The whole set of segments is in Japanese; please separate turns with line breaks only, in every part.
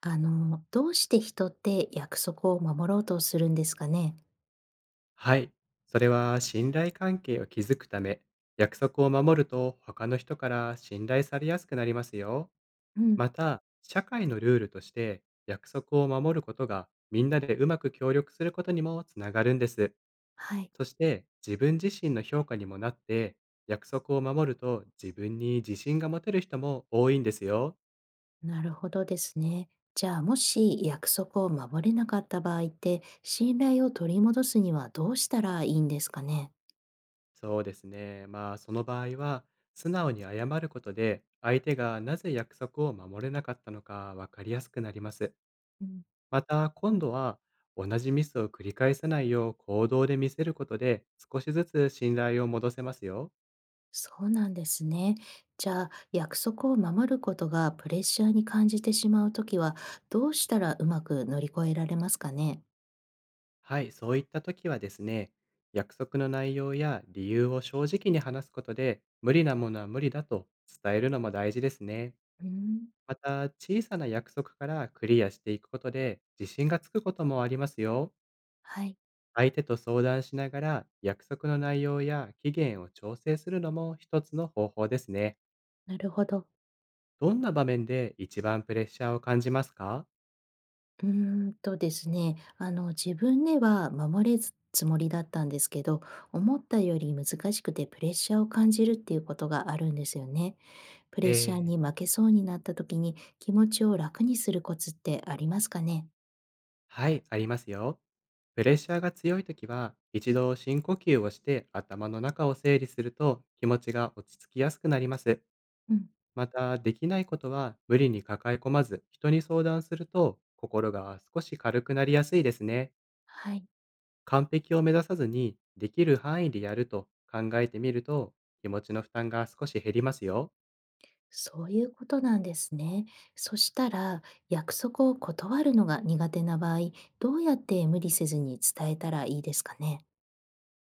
どうして人って約束を守ろうとするんですかね？
はい。それは信頼関係を築くため、約束を守ると他の人から信頼されやすくなりますよ。
うん。
また、社会のルールとして約束を守ることがみんなでうまく協力することにもつながるんです。
はい。
そして自分自身の評価にもなって、約束を守ると自分に自信が持てる人も多いんですよ。
なるほどですね。じゃあ、もし約束を守れなかった場合って、信頼を取り戻すにはどうしたらいいんですかね？
そうですね。まあ、その場合は、素直に謝ることで、相手がなぜ約束を守れなかったのか分かりやすくなります。
うん。
また、今度は、同じミスを繰り返さないよう行動で見せることで、少しずつ信頼を戻せますよ。
そうなんですね。じゃあ、約束を守ることがプレッシャーに感じてしまうときは、どうしたらうまく乗り越えられますかね？
はい、そういった時はですね、約束の内容や理由を正直に話すことで、無理なものは無理だと伝えるのも大事ですね。
うん。
また、小さな約束からクリアしていくことで、自信がつくこともありますよ。
はい。
相手と相談しながら約束の内容や期限を調整するのも一つの方法ですね。
なるほど。
どんな場面で一番プレッシャーを感じますか？
うーんとですね、あの、自分では守れずつもりだったんですけど、思ったより難しくてプレッシャーを感じるっていうことがあるんですよね。プ
え
レッシャーに
ー、
負けそうになった時に気持ちを楽にするコツってありますかね？
はい、ありますよ。プレッシャーが強いときは一度深呼吸をして頭の中を整理すると気持ちが落ち着きやすくなります。
うん。
また、できないことは無理に抱え込まず人に相談すると心が少し軽くなりやすいですね。
はい。
完璧を目指さずに、できる範囲でやると考えてみると、気持ちの負担が少し減りますよ。
そういうことなんですね。そしたら、約束を断るのが苦手な場合、どうやって無理せずに伝えたらいいですかね？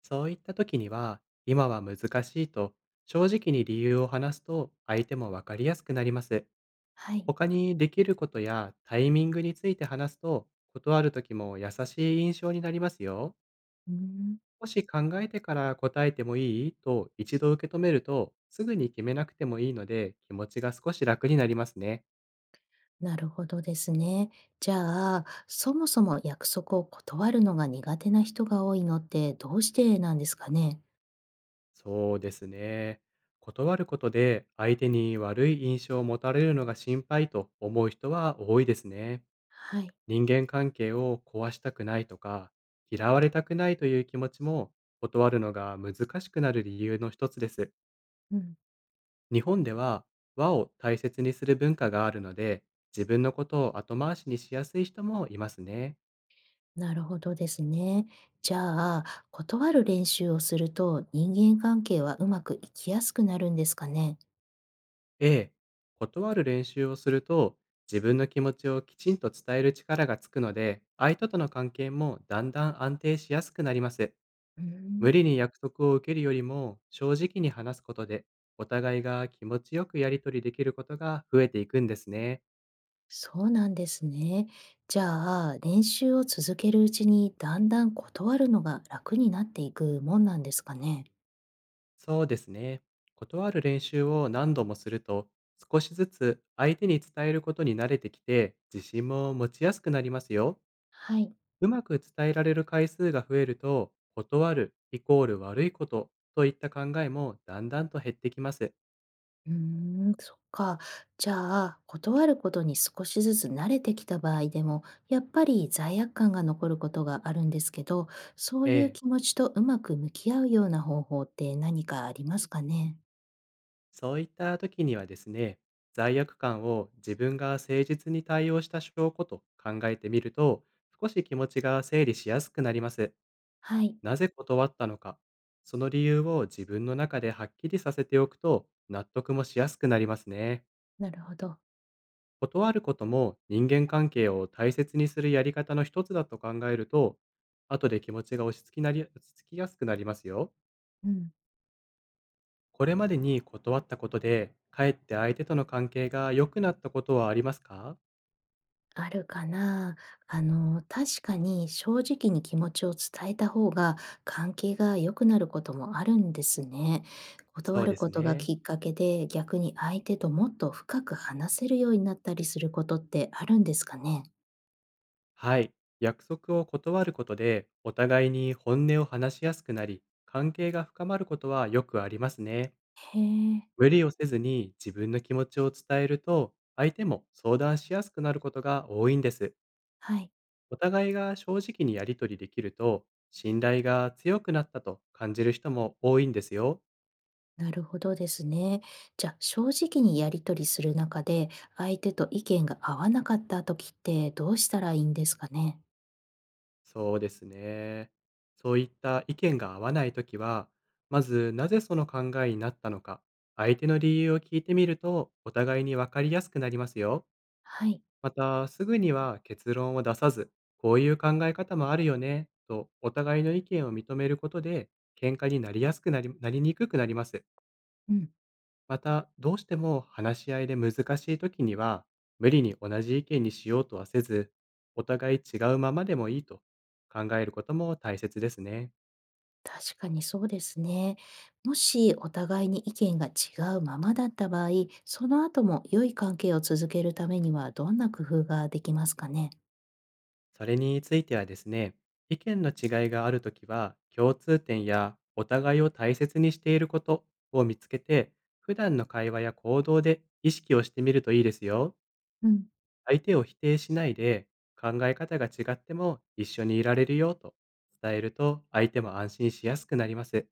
そういった時には、今は難しいと、正直に理由を話すと、相手もわかりやすくなります。
はい。
他にできることやタイミングについて話すと、断る時も優しい印象になりますよ。
うーん。
もし考えてから答えてもいいと一度受け止めると、すぐに決めなくてもいいので、気持ちが少し楽になりますね。
なるほどですね。じゃあ、そもそも約束を断るのが苦手な人が多いのってどうしてなんですかね。
そうですね。断ることで相手に悪い印象を持たれるのが心配と思う人は多いですね。
はい。
人間関係を壊したくないとか、嫌われたくないという気持ちも断るのが難しくなる理由の一つです。
うん。
日本では和を大切にする文化があるので、自分のことを後回しにしやすい人もいますね。
なるほどですね。じゃあ、断る練習をすると人間関係はうまくいきやすくなるんですかね。
ええ、断る練習をすると、自分の気持ちをきちんと伝える力がつくので、相手との関係もだんだん安定しやすくなります。
うー
無
ん。
理に約束を受けるよりも、正直に話すことで、お互いが気持ちよくやり取りできることが増えていくんですね。
そうなんですね。じゃあ、練習を続けるうちにだんだん断るのが楽になっていくもんなんですかね。
そうですね。断る練習を何度もすると、少しずつ相手に伝えることに慣れてきて、自信も持ちやすくなりますよ。
はい。
うまく伝えられる回数が増えると、断るイコール悪いことといった考えもだんだんと減ってきます。
うーん、そっか。じゃあ、断ることに少しずつ慣れてきた場合でも、やっぱり罪悪感が残ることがあるんですけど、そう
え
いう
え、
気持ちとうまく向き合うような方法って何かありますかね？
そういった時にはですね、罪悪感を自分が誠実に対応した証拠と考えてみると、少し気持ちが整理しやすくなります。
はい。
なぜ断ったのか、その理由を自分の中ではっきりさせておくと納得もしやすくなりますね。
なるほど。
断ることも人間関係を大切にするやり方の一つだと考えると、後で気持ちが落ち着きやすくなりますよ。
うん。
これまでに断ったことで、かえって相手との関係が良くなったことはありますか？
あるかな。確かに正直に気持ちを伝えた方が関係が良くなることもあるんですね。
そ
断
う
る
です
ことが
ね。
きっかけで逆に相手ともっと深く話せるようになったりすることってあるんですかね。
はい。約束を断ることで、お互いに本音を話しやすくなり、関係が深まることはよくありますね。
へえ。
無理をせずに自分の気持ちを伝えると、相手も相談しやすくなることが多いんです。
はい。
お互いが正直にやり取りできると、信頼が強くなったと感じる人も多いんですよ。
なるほどですね。じゃあ、正直にやり取りする中で相手と意見が合わなかった時ってどうしたらいいんですかね。
そうですね。そういった意見が合わないときは、まずなぜその考えになったのか、相手の理由を聞いてみると、お互いに分かりやすくなりますよ。
はい。
また、すぐには結論を出さず、こういう考え方もあるよね、とお互いの意見を認めることで、喧嘩になりやすくなり、なりにくくなります。
うん。
また、どうしても話し合いで難しい時には、無理に同じ意見にしようとはせず、お互い違うままでもいいと考えることも大切ですね。
確かにそうですね。もしお互いに意見が違うままだった場合、その後も良い関係を続けるためにはどんな工夫ができますかね？
それについてはですね、意見の違いがあるときは、共通点やお互いを大切にしていることを見つけて、普段の会話や行動で意識をしてみるといいですよ。
うん。
相手を否定しないで、考え方が違っても一緒にいられるよと伝えると、相手も安心しやすくなります。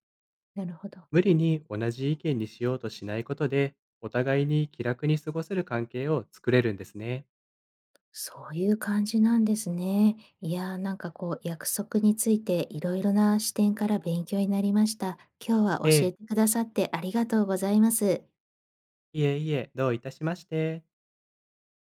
なるほど。
無理に同じ意見にしようとしないことで、お互いに気楽に過ごせる関係を作れるんですね。
そういう感じなんですね。いやー、なんか約束についていろいろな視点から勉強になりました。今日は
え
教
え、
えてくださってありがとうございます。
いえいえ、どういたしまして。